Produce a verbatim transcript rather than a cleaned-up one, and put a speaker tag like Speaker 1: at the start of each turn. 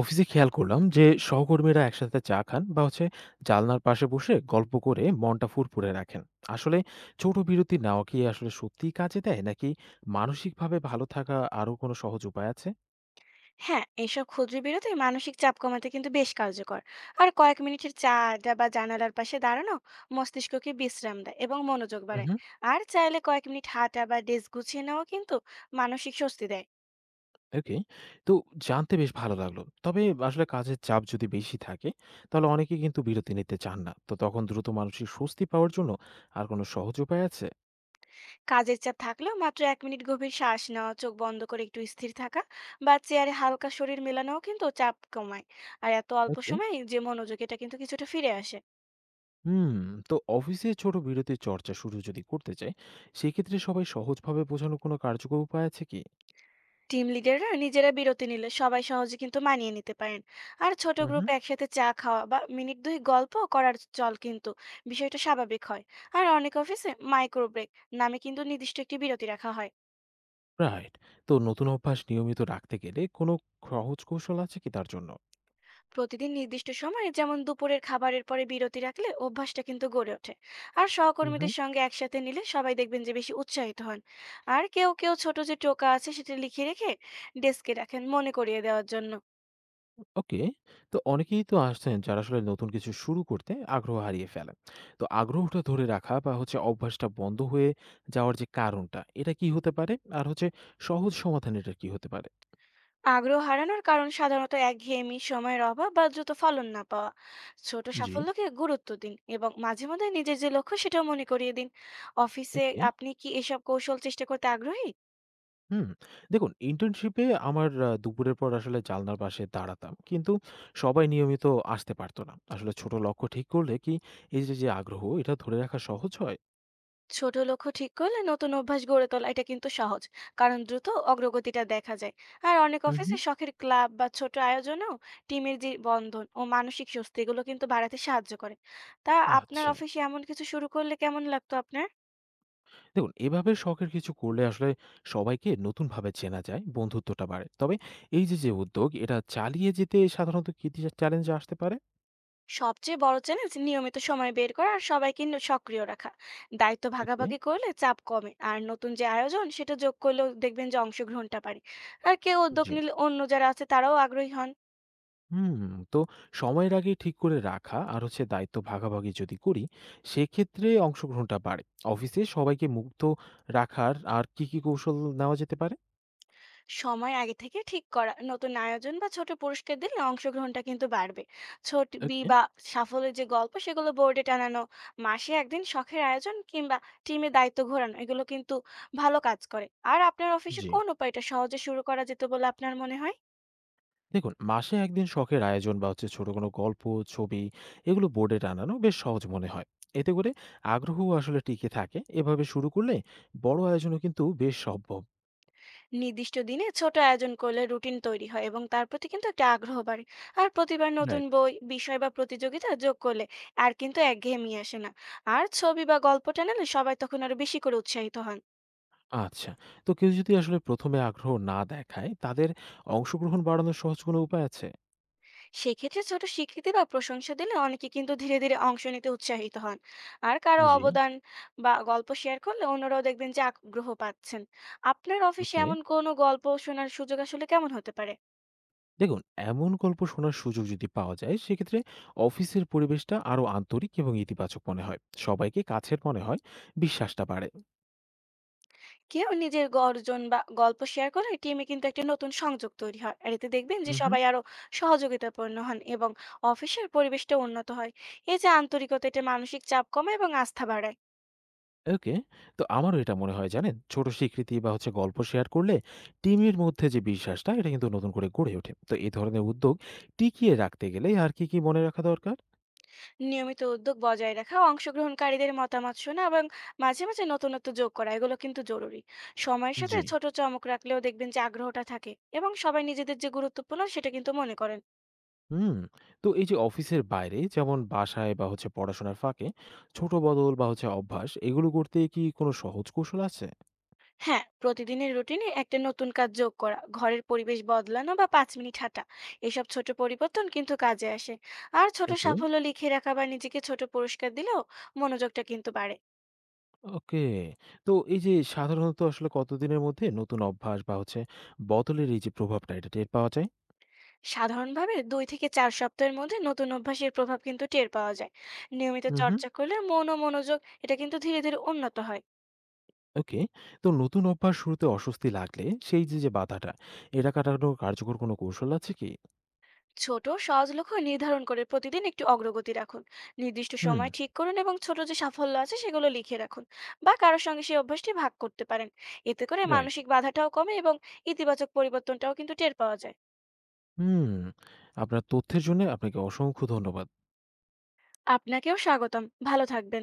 Speaker 1: অফিসে খেয়াল করলাম যে সহকর্মীরা একসাথে চা খান বা হচ্ছে জানলার পাশে বসে গল্প করে মনটা ফুরফুরে রাখেন। আসলে ছোট বিরতি নেওয়া কি আসলে সত্যিই কাজে দেয়, নাকি মানসিকভাবে ভালো থাকা আরো কোনো সহজ উপায় আছে?
Speaker 2: হ্যাঁ, এইসব ক্ষুদ্র বিরতি মানসিক চাপ কমাতে কিন্তু বেশ কার্যকর। আর কয়েক মিনিটের চা আড্ডা বা জানালার পাশে দাঁড়ানো মস্তিষ্ককে বিশ্রাম দেয় এবং মনোযোগ
Speaker 1: হুম।
Speaker 2: বাড়ায়। আর চাইলে কয়েক মিনিট হাঁটা বা ডেস্ক গুছিয়ে নেওয়া কিন্তু মানসিক স্বস্তি দেয়।
Speaker 1: ওকে। তো জানতে বেশ ভালো লাগলো, তবে আসলে কাজের চাপ যদি বেশি থাকে, তাহলে অনেকে কিন্তু বিরতি নিতে চান না। তো তখন দ্রুত মানসিক স্বস্তি পাওয়ার জন্য আর কোনো সহজ উপায় আছে?
Speaker 2: কাজের চাপ থাকলেও মাত্র এক মিনিট গভীর শ্বাস নেওয়া, চোখ বন্ধ করে একটু স্থির থাকা বা চেয়ারে হালকা শরীর মেলানোও কিন্তু চাপ কমায়। আর এত অল্প
Speaker 1: ওকে।
Speaker 2: সময়ে যে মনোযোগ, এটা কিন্তু কিছুটা ফিরে আসে।
Speaker 1: হুম। তো অফিসে ছোট বিরতির চর্চা শুরু যদি করতে চাই, সেক্ষেত্রে সবাই সহজভাবে বোঝানোর কোনো কার্যকর উপায় আছে কি?
Speaker 2: টিম লিডাররা নিজেরা বিরতি নিলে সবাই সহজে কিন্তু মানিয়ে নিতে পারেন। আর ছোট
Speaker 1: হুম হুম।
Speaker 2: গ্রুপে একসাথে চা খাওয়া বা মিনিট দুই গল্প করার চল কিন্তু বিষয়টা স্বাভাবিক হয়। আর অনেক অফিসে মাইক্রো ব্রেক নামে কিন্তু নির্দিষ্ট একটি বিরতি রাখা হয়।
Speaker 1: রাইট। তো নতুন অভ্যাস নিয়মিত রাখতে গেলে কোনো সহজ কৌশল আছে কি তার জন্য?
Speaker 2: প্রতিদিন নির্দিষ্ট সময়ে, যেমন দুপুরের খাবারের পরে বিরতি রাখলে অভ্যাসটা কিন্তু গড়ে ওঠে। আর
Speaker 1: হুম হুম।
Speaker 2: সহকর্মীদের সঙ্গে একসাথে নিলে সবাই দেখবেন যে বেশি উৎসাহিত হন। আর কেউ কেউ ছোট যে টোকা আছে সেটা লিখে রেখে ডেস্কে রাখেন মনে করিয়ে দেওয়ার জন্য।
Speaker 1: ওকে। তো অনেকেই তো আসছেন যারা আসলে নতুন কিছু শুরু করতে আগ্রহ হারিয়ে ফেলেন। তো আগ্রহটা ধরে রাখা বা হচ্ছে অভ্যাসটা বন্ধ হয়ে যাওয়ার যে কারণটা এটা কি হতে পারে? আর হচ্ছে সহজ সমাধান এটা কি হতে পারে?
Speaker 2: আগ্রহ হারানোর কারণ সাধারণত একঘেয়েমি, সময়ের অভাব বা দ্রুত ফলন না পাওয়া। ছোট
Speaker 1: জি।
Speaker 2: সাফল্যকে গুরুত্ব দিন এবং মাঝে মধ্যে নিজের যে লক্ষ্য সেটাও মনে করিয়ে দিন। অফিসে
Speaker 1: ওকে।
Speaker 2: আপনি কি এসব কৌশল চেষ্টা করতে আগ্রহী?
Speaker 1: হুম। দেখুন ইন্টার্নশিপে আমার আ দুপুরের পর আসলে জালনার পাশে দাঁড়াতাম। কিন্তু সবাই নিয়মিত আসতে পারত না। আসলে ছোট লক্ষ্য ঠিক করলে কি এই যে, যে আগ্রহ এটা ধরে রাখা সহজ হয়?
Speaker 2: ছোট লক্ষ্য ঠিক করলে নতুন অভ্যাস গড়ে তোলা এটা কিন্তু সহজ, কারণ দ্রুত অগ্রগতিটা দেখা যায়। আর অনেক
Speaker 1: উহু।
Speaker 2: অফিসে শখের ক্লাব বা ছোট আয়োজনেও টিমের যে বন্ধন ও মানসিক স্বস্তি এগুলো কিন্তু বাড়াতে সাহায্য করে। তা আপনার
Speaker 1: আচ্ছা।
Speaker 2: অফিসে এমন কিছু শুরু করলে কেমন লাগতো আপনার?
Speaker 1: দেখুন এভাবে শখের কিছু করলে আসলে সবাইকে নতুনভাবে চেনা যায়, বন্ধুত্বটা বাড়ে। তবে এই যে, যে উদ্যোগ এটা চালিয়ে যেতে সাধারণত কি টি চ্যালেঞ্জ আসতে পারে?
Speaker 2: সবচেয়ে বড় চ্যালেঞ্জ নিয়মিত সময় বের করা আর সবাইকে ন- সক্রিয় রাখা। দায়িত্ব
Speaker 1: ওকে।
Speaker 2: ভাগাভাগি করলে চাপ কমে, আর নতুন যে আয়োজন সেটা যোগ করলেও দেখবেন যে অংশগ্রহণটা বাড়ে। আর কেউ উদ্যোগ
Speaker 1: জি।
Speaker 2: নিলে অন্য যারা আছে তারাও আগ্রহী হন।
Speaker 1: হুম, তো সময়ের আগে ঠিক করে রাখা আর হচ্ছে দায়িত্ব ভাগাভাগি যদি করি, সেক্ষেত্রে অংশগ্রহণটা বাড়ে। অফিসে সবাইকে মুক্ত রাখার আর কি কি কৌশল নেওয়া যেতে পারে?
Speaker 2: সময় আগে থেকে ঠিক করা, নতুন আয়োজন বা ছোট পুরস্কার দিলে অংশগ্রহণটা কিন্তু বাড়বে। ছোট বি
Speaker 1: ওকে।
Speaker 2: বা সাফল্যের যে গল্প সেগুলো বোর্ডে টানানো, মাসে একদিন শখের আয়োজন কিংবা টিমে দায়িত্ব ঘোরানো এগুলো কিন্তু ভালো কাজ করে। আর আপনার অফিসে
Speaker 1: জি।
Speaker 2: কোন উপায়টা সহজে শুরু করা যেত বলে আপনার মনে হয়?
Speaker 1: দেখুন মাসে একদিন শখের আয়োজন বা হচ্ছে ছোট কোনো গল্প, ছবি, এগুলো বোর্ডে টানানো বেশ সহজ মনে হয়। এতে করে আগ্রহ আসলে টিকে থাকে। এভাবে শুরু করলে বড় আয়োজনও কিন্তু বেশ সম্ভব।
Speaker 2: নির্দিষ্ট দিনে ছোট আয়োজন করলে রুটিন তৈরি হয় এবং তার প্রতি কিন্তু একটা আগ্রহ বাড়ে। আর প্রতিবার নতুন
Speaker 1: রাইট।
Speaker 2: বই, বিষয় বা প্রতিযোগিতা যোগ করলে আর কিন্তু একঘেয়েমি আসে না। আর ছবি বা গল্প টানালে সবাই তখন আরো বেশি করে উৎসাহিত হন।
Speaker 1: আচ্ছা। তো কেউ যদি আসলে প্রথমে আগ্রহ না দেখায়, তাদের অংশগ্রহণ বাড়ানোর সহজ কোনো উপায় আছে?
Speaker 2: সেক্ষেত্রে ছোট স্বীকৃতি বা প্রশংসা দিলে অনেকে কিন্তু ধীরে ধীরে অংশ নিতে উৎসাহিত হন। আর কারো
Speaker 1: জি।
Speaker 2: অবদান বা গল্প শেয়ার করলে অন্যরাও দেখবেন যে আগ্রহ পাচ্ছেন। আপনার অফিসে
Speaker 1: ওকে।
Speaker 2: এমন কোনো গল্প শোনার সুযোগ আসলে কেমন হতে পারে?
Speaker 1: দেখুন, এমন গল্প শোনার সুযোগ যদি পাওয়া যায়, সেক্ষেত্রে অফিসের পরিবেশটা আরো আন্তরিক এবং ইতিবাচক মনে হয়। সবাইকে কাছের মনে হয়, বিশ্বাসটা বাড়ে।
Speaker 2: কেউ নিজের গর্জন বা গল্প শেয়ার করে টিমে কিন্তু একটা নতুন সংযোগ তৈরি হয়, আর এতে দেখবেন যে
Speaker 1: হুম।
Speaker 2: সবাই আরো সহযোগিতাপূর্ণ হন এবং অফিসের পরিবেশটা উন্নত হয়। এই যে আন্তরিকতা, এটা মানসিক চাপ কমায় এবং আস্থা বাড়ায়।
Speaker 1: ওকে। তো আমারও এটা মনে হয় জানেন, ছোট স্বীকৃতি বা হচ্ছে গল্প শেয়ার করলে টিমের মধ্যে যে বিশ্বাসটা, এটা কিন্তু নতুন করে গড়ে ওঠে। তো এই ধরনের উদ্যোগ টিকিয়ে রাখতে গেলে আর কি, কি মনে রাখা দরকার?
Speaker 2: নিয়মিত উদ্যোগ বজায় রাখা, অংশগ্রহণকারীদের মতামত শোনা এবং মাঝে মাঝে নতুনত্ব যোগ করা এগুলো কিন্তু জরুরি। সময়ের সাথে
Speaker 1: জি।
Speaker 2: ছোট চমক রাখলেও দেখবেন যে আগ্রহটা থাকে এবং সবাই নিজেদের যে গুরুত্বপূর্ণ সেটা কিন্তু মনে করেন।
Speaker 1: হুম। তো এই যে অফিসের বাইরে যেমন বাসায় বা হচ্ছে পড়াশোনার ফাঁকে ছোট বদল বা হচ্ছে অভ্যাস, এগুলো করতে কি কোনো সহজ কৌশল আছে?
Speaker 2: হ্যাঁ, প্রতিদিনের রুটিনে একটা নতুন কাজ যোগ করা, ঘরের পরিবেশ বদলানো বা পাঁচ মিনিট হাঁটা, এসব ছোট পরিবর্তন কিন্তু কাজে আসে। আর ছোট
Speaker 1: ওকে,
Speaker 2: সাফল্য লিখে রাখা বা নিজেকে ছোট পুরস্কার দিলেও মনোযোগটা কিন্তু বাড়ে।
Speaker 1: ওকে। তো এই যে সাধারণত আসলে কতদিনের মধ্যে নতুন অভ্যাস বা হচ্ছে বদলের এই যে প্রভাবটা এটা টের পাওয়া যায়?
Speaker 2: সাধারণভাবে দুই থেকে চার সপ্তাহের মধ্যে নতুন অভ্যাসের প্রভাব কিন্তু টের পাওয়া যায়। নিয়মিত
Speaker 1: হুম, হুম।
Speaker 2: চর্চা করলে মন ও মনোযোগ এটা কিন্তু ধীরে ধীরে উন্নত হয়।
Speaker 1: ওকে। তো নতুন অভ্যাস শুরুতে অস্বস্তি লাগলে সেই যে, যে বাধাটা এটা কাটানোর কার্যকর কোনো কৌশল আছে কি?
Speaker 2: ছোট সহজ লক্ষ্য নির্ধারণ করে প্রতিদিন একটু অগ্রগতি রাখুন। নির্দিষ্ট
Speaker 1: হুম।
Speaker 2: সময় ঠিক করুন এবং ছোট যে সাফল্য আছে সেগুলো লিখে রাখুন। বা কারোর সঙ্গে সেই অভ্যাসটি ভাগ করতে পারেন। এতে করে
Speaker 1: রাইট।
Speaker 2: মানসিক বাধাটাও কমে এবং ইতিবাচক পরিবর্তনটাও কিন্তু টের পাওয়া যায়।
Speaker 1: হুম। আপনার তথ্যের জন্য আপনাকে অসংখ্য ধন্যবাদ।
Speaker 2: আপনাকেও স্বাগতম। ভালো থাকবেন।